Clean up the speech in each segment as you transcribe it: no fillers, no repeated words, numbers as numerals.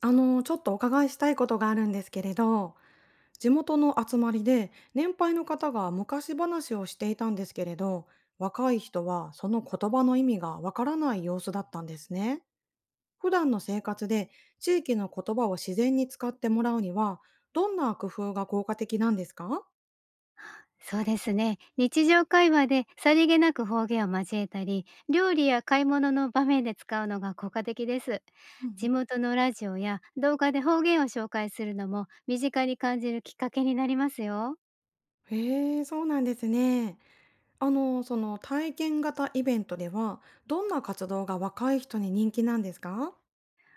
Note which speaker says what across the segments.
Speaker 1: ちょっとお伺いしたいことがあるんですけれど、地元の集まりで年配の方が昔話をしていたんですけれど、若い人はその言葉の意味がわからない様子だったんですね。普段の生活で地域の言葉を自然に使ってもらうには、どんな工夫が効果的なんですか？
Speaker 2: そうですね。日常会話でさりげなく方言を交えたり、料理や買い物の場面で使うのが効果的です。
Speaker 1: うんう
Speaker 2: 地
Speaker 1: ん。
Speaker 2: 元のラジオや動画で方言を紹介するのも身近に感じるきっかけになりますよ。
Speaker 1: へえ、そうなんですね。その体験型イベントでは、どんな活動が若い人に人気なんですか？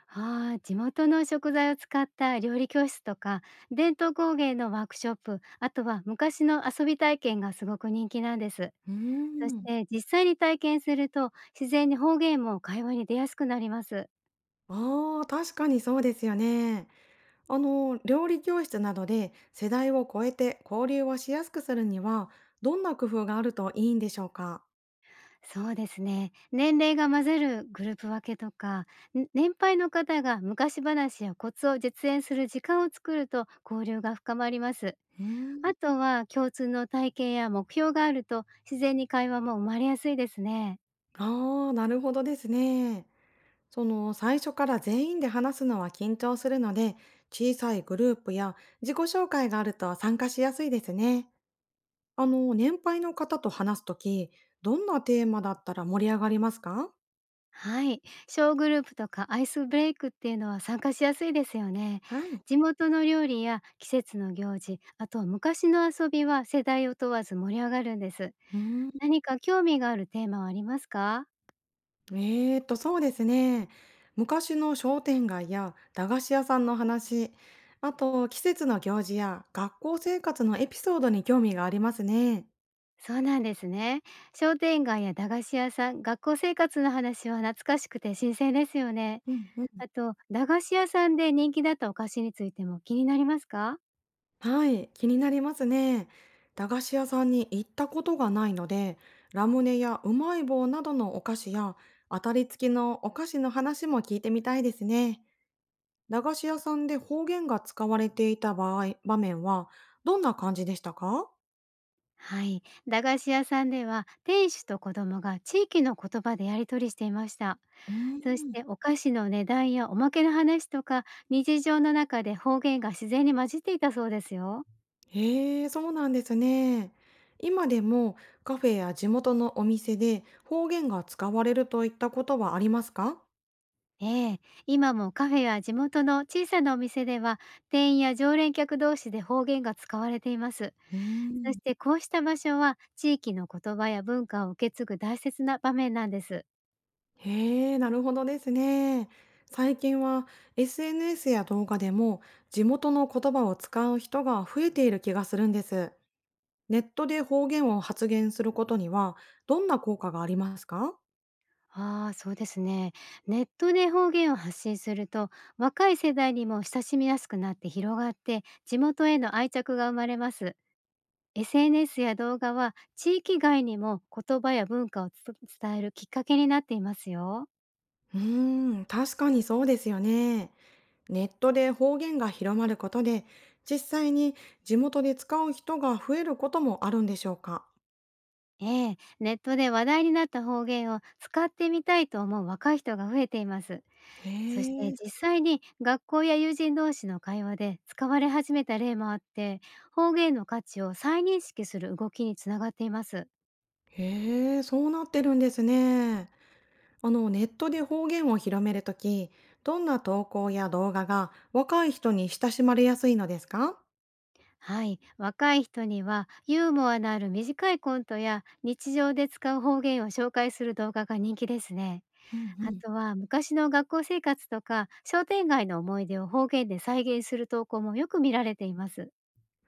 Speaker 2: ああ、地元の食材を使った料理教室とか、伝統工芸のワークショップ、あとは昔の遊び体験がすごく人気なんです。
Speaker 1: うー
Speaker 2: そし
Speaker 1: ん。
Speaker 2: て実際に体験すると自然に方言も会話に出やすくなります。
Speaker 1: ああ、確かにそうですよね。料理教室などで世代を超えて交流をしやすくするには、どんな工夫があるといいんでしょうか？
Speaker 2: そうですね。年齢が混ぜるグループ分けとか、年配の方が昔話やコツを実演する時間を作ると交流が深まります。
Speaker 1: うーん。
Speaker 2: あとは共通の体験や目標があると自然に会話も生まれやすいですね。
Speaker 1: ああ、なるほどですね。最初から全員で話すのは緊張するので、小さいグループや自己紹介があると参加しやすいですね。年配の方と話すとき、どんなテーマだったら盛り上がりますか？
Speaker 2: はい。小グループとかアイスブレイクっていうのは参加しやすいですよね。
Speaker 1: はい。
Speaker 2: 地元の料理や季節の行事、あとは昔の遊びは世代を問わず盛り上がるんです。
Speaker 1: うーん。
Speaker 2: 何か興味があるテーマはありますか？
Speaker 1: そうですね。昔の商店街や駄菓子屋さんの話、あと季節の行事や学校生活のエピソードに興味がありますね。
Speaker 2: そうなんですね。商店街や駄菓子屋さん、学校生活の話は懐かしくて新鮮ですよね。
Speaker 1: うんうん。
Speaker 2: あと、駄菓子屋さんで人気だったお菓子についても気になりますか？
Speaker 1: はい、気になりますね。駄菓子屋さんに行ったことがないので、ラムネやうまい棒などのお菓子や当たり付きのお菓子の話も聞いてみたいですね。駄菓子屋さんで方言が使われていた場合、場面はどんな感じでしたか？
Speaker 2: はい。駄菓子屋さんでは、店主と子供が地域の言葉でやり取りしていました。
Speaker 1: うー
Speaker 2: そし
Speaker 1: ん。
Speaker 2: て、お菓子の値段やおまけの話とか、日常の中で方言が自然に混じっていたそうですよ。
Speaker 1: へえ、そうなんですね。今でもカフェや地元のお店で方言が使われるといったことはありますか？
Speaker 2: ええ、今もカフェや地元の小さなお店では、店員や常連客同士で方言が使われています。
Speaker 1: うー
Speaker 2: そ
Speaker 1: ん。
Speaker 2: してこうした場所は地域の言葉や文化を受け継ぐ大切な場面なんです。
Speaker 1: へえ、なるほどですね。最近は SNS や動画でも地元の言葉を使う人が増えている気がするんです。ネットで方言を発言することにはどんな効果がありますか？
Speaker 2: ああ、そうですね。ネットで方言を発信すると、若い世代にも親しみやすくなって広がって、地元への愛着が生まれます。SNS や動画は地域外にも言葉や文化を伝えるきっかけになっていますよ。
Speaker 1: うーん、確かにそうですよね。ネットで方言が広まることで、実際に地元で使う人が増えることもあるんでしょうか？
Speaker 2: ええ、ネットで話題になった方言を使ってみたいと思う若い人が増えています。
Speaker 1: へ
Speaker 2: そして
Speaker 1: え、
Speaker 2: 実際に学校や友人同士の会話で使われ始めた例もあって、方言の価値を再認識する動きにつながっています。
Speaker 1: へえ、そうなってるんですね。ネットで方言を広めるとき、どんな投稿や動画が若い人に親しまれやすいのですか？
Speaker 2: はい、若い人にはユーモアのある短いコントや日常で使う方言を紹介する動画が人気ですね。
Speaker 1: うんう
Speaker 2: あ
Speaker 1: ん、
Speaker 2: とは昔の学校生活とか商店街の思い出を方言で再現する投稿もよく見られています。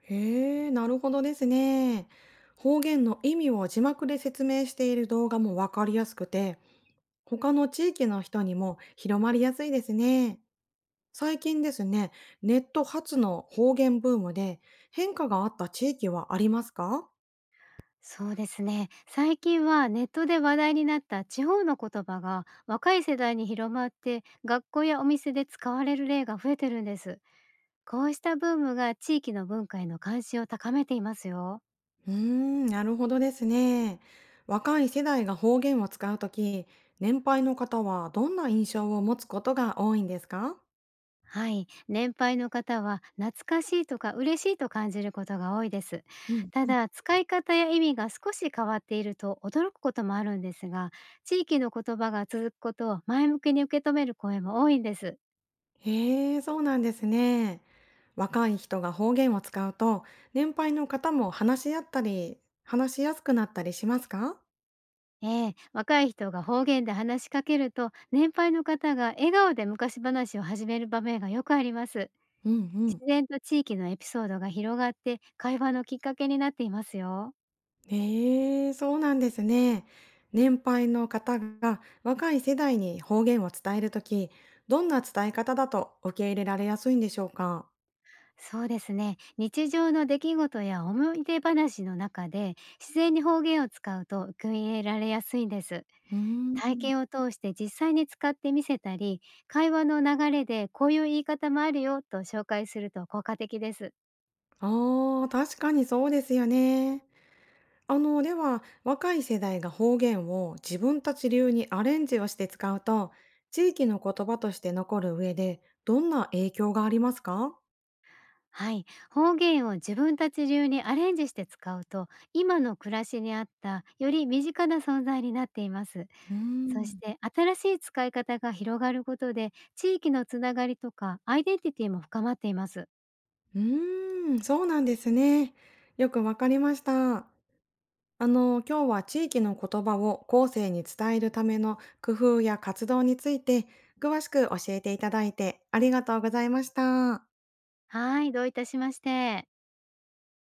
Speaker 1: へえ、なるほどですね。方言の意味を字幕で説明している動画もわかりやすくて、他の地域の人にも広まりやすいですね。最近ですね、ネット発の方言ブームで変化があった地域はありますか？
Speaker 2: そうですね。最近はネットで話題になった地方の言葉が若い世代に広まって、学校やお店で使われる例が増えてるんです。こうしたブームが地域の文化への関心を高めていますよ。
Speaker 1: うーん、なるほどですね。若い世代が方言を使うとき、年配の方はどんな印象を持つことが多いんですか？
Speaker 2: はい。年配の方は懐かしいとか嬉しいと感じることが多いです。
Speaker 1: うん。
Speaker 2: ただ、使い方や意味が少し変わっていると驚くこともあるんですが、地域の言葉が続くことを前向きに受け止める声も多いんです。
Speaker 1: へえ、そうなんですね。若い人が方言を使うと、年配の方も話し合ったり、話しやすくなったりしますか？
Speaker 2: ええ、若い人が方言で話しかけると、年配の方が笑顔で昔話を始める場面がよくあります。
Speaker 1: うん。
Speaker 2: 自然と地域のエピソードが広がって、会話のきっかけになっていますよ。
Speaker 1: ええ、そうなんですね。年配の方が若い世代に方言を伝えるとき、どんな伝え方だと受け入れられやすいんでしょうか？
Speaker 2: そうですね、日常の出来事や思い出話の中で自然に方言を使うと受け入れられやすいんです。
Speaker 1: うー
Speaker 2: 体
Speaker 1: ん。
Speaker 2: 験を通して実際に使ってみせたり、会話の流れでこういう言い方もあるよと紹介すると効果的です。
Speaker 1: ああ、確かにそうですよね。では、若い世代が方言を自分たち流にアレンジをして使うと、地域の言葉として残る上で、どんな影響がありますか？
Speaker 2: はい、方言を自分たち流にアレンジして使うと、今の暮らしに合ったより身近な存在になっています。
Speaker 1: うー
Speaker 2: そし
Speaker 1: ん。
Speaker 2: て新しい使い方が広がることで、地域のつながりとかアイデンティティも深まっています。
Speaker 1: うーん、そうなんですね。よくわかりました。今日は地域の言葉を後世に伝えるための工夫や活動について詳しく教えていただいてありがとうございました。
Speaker 2: はい、どういたしまして。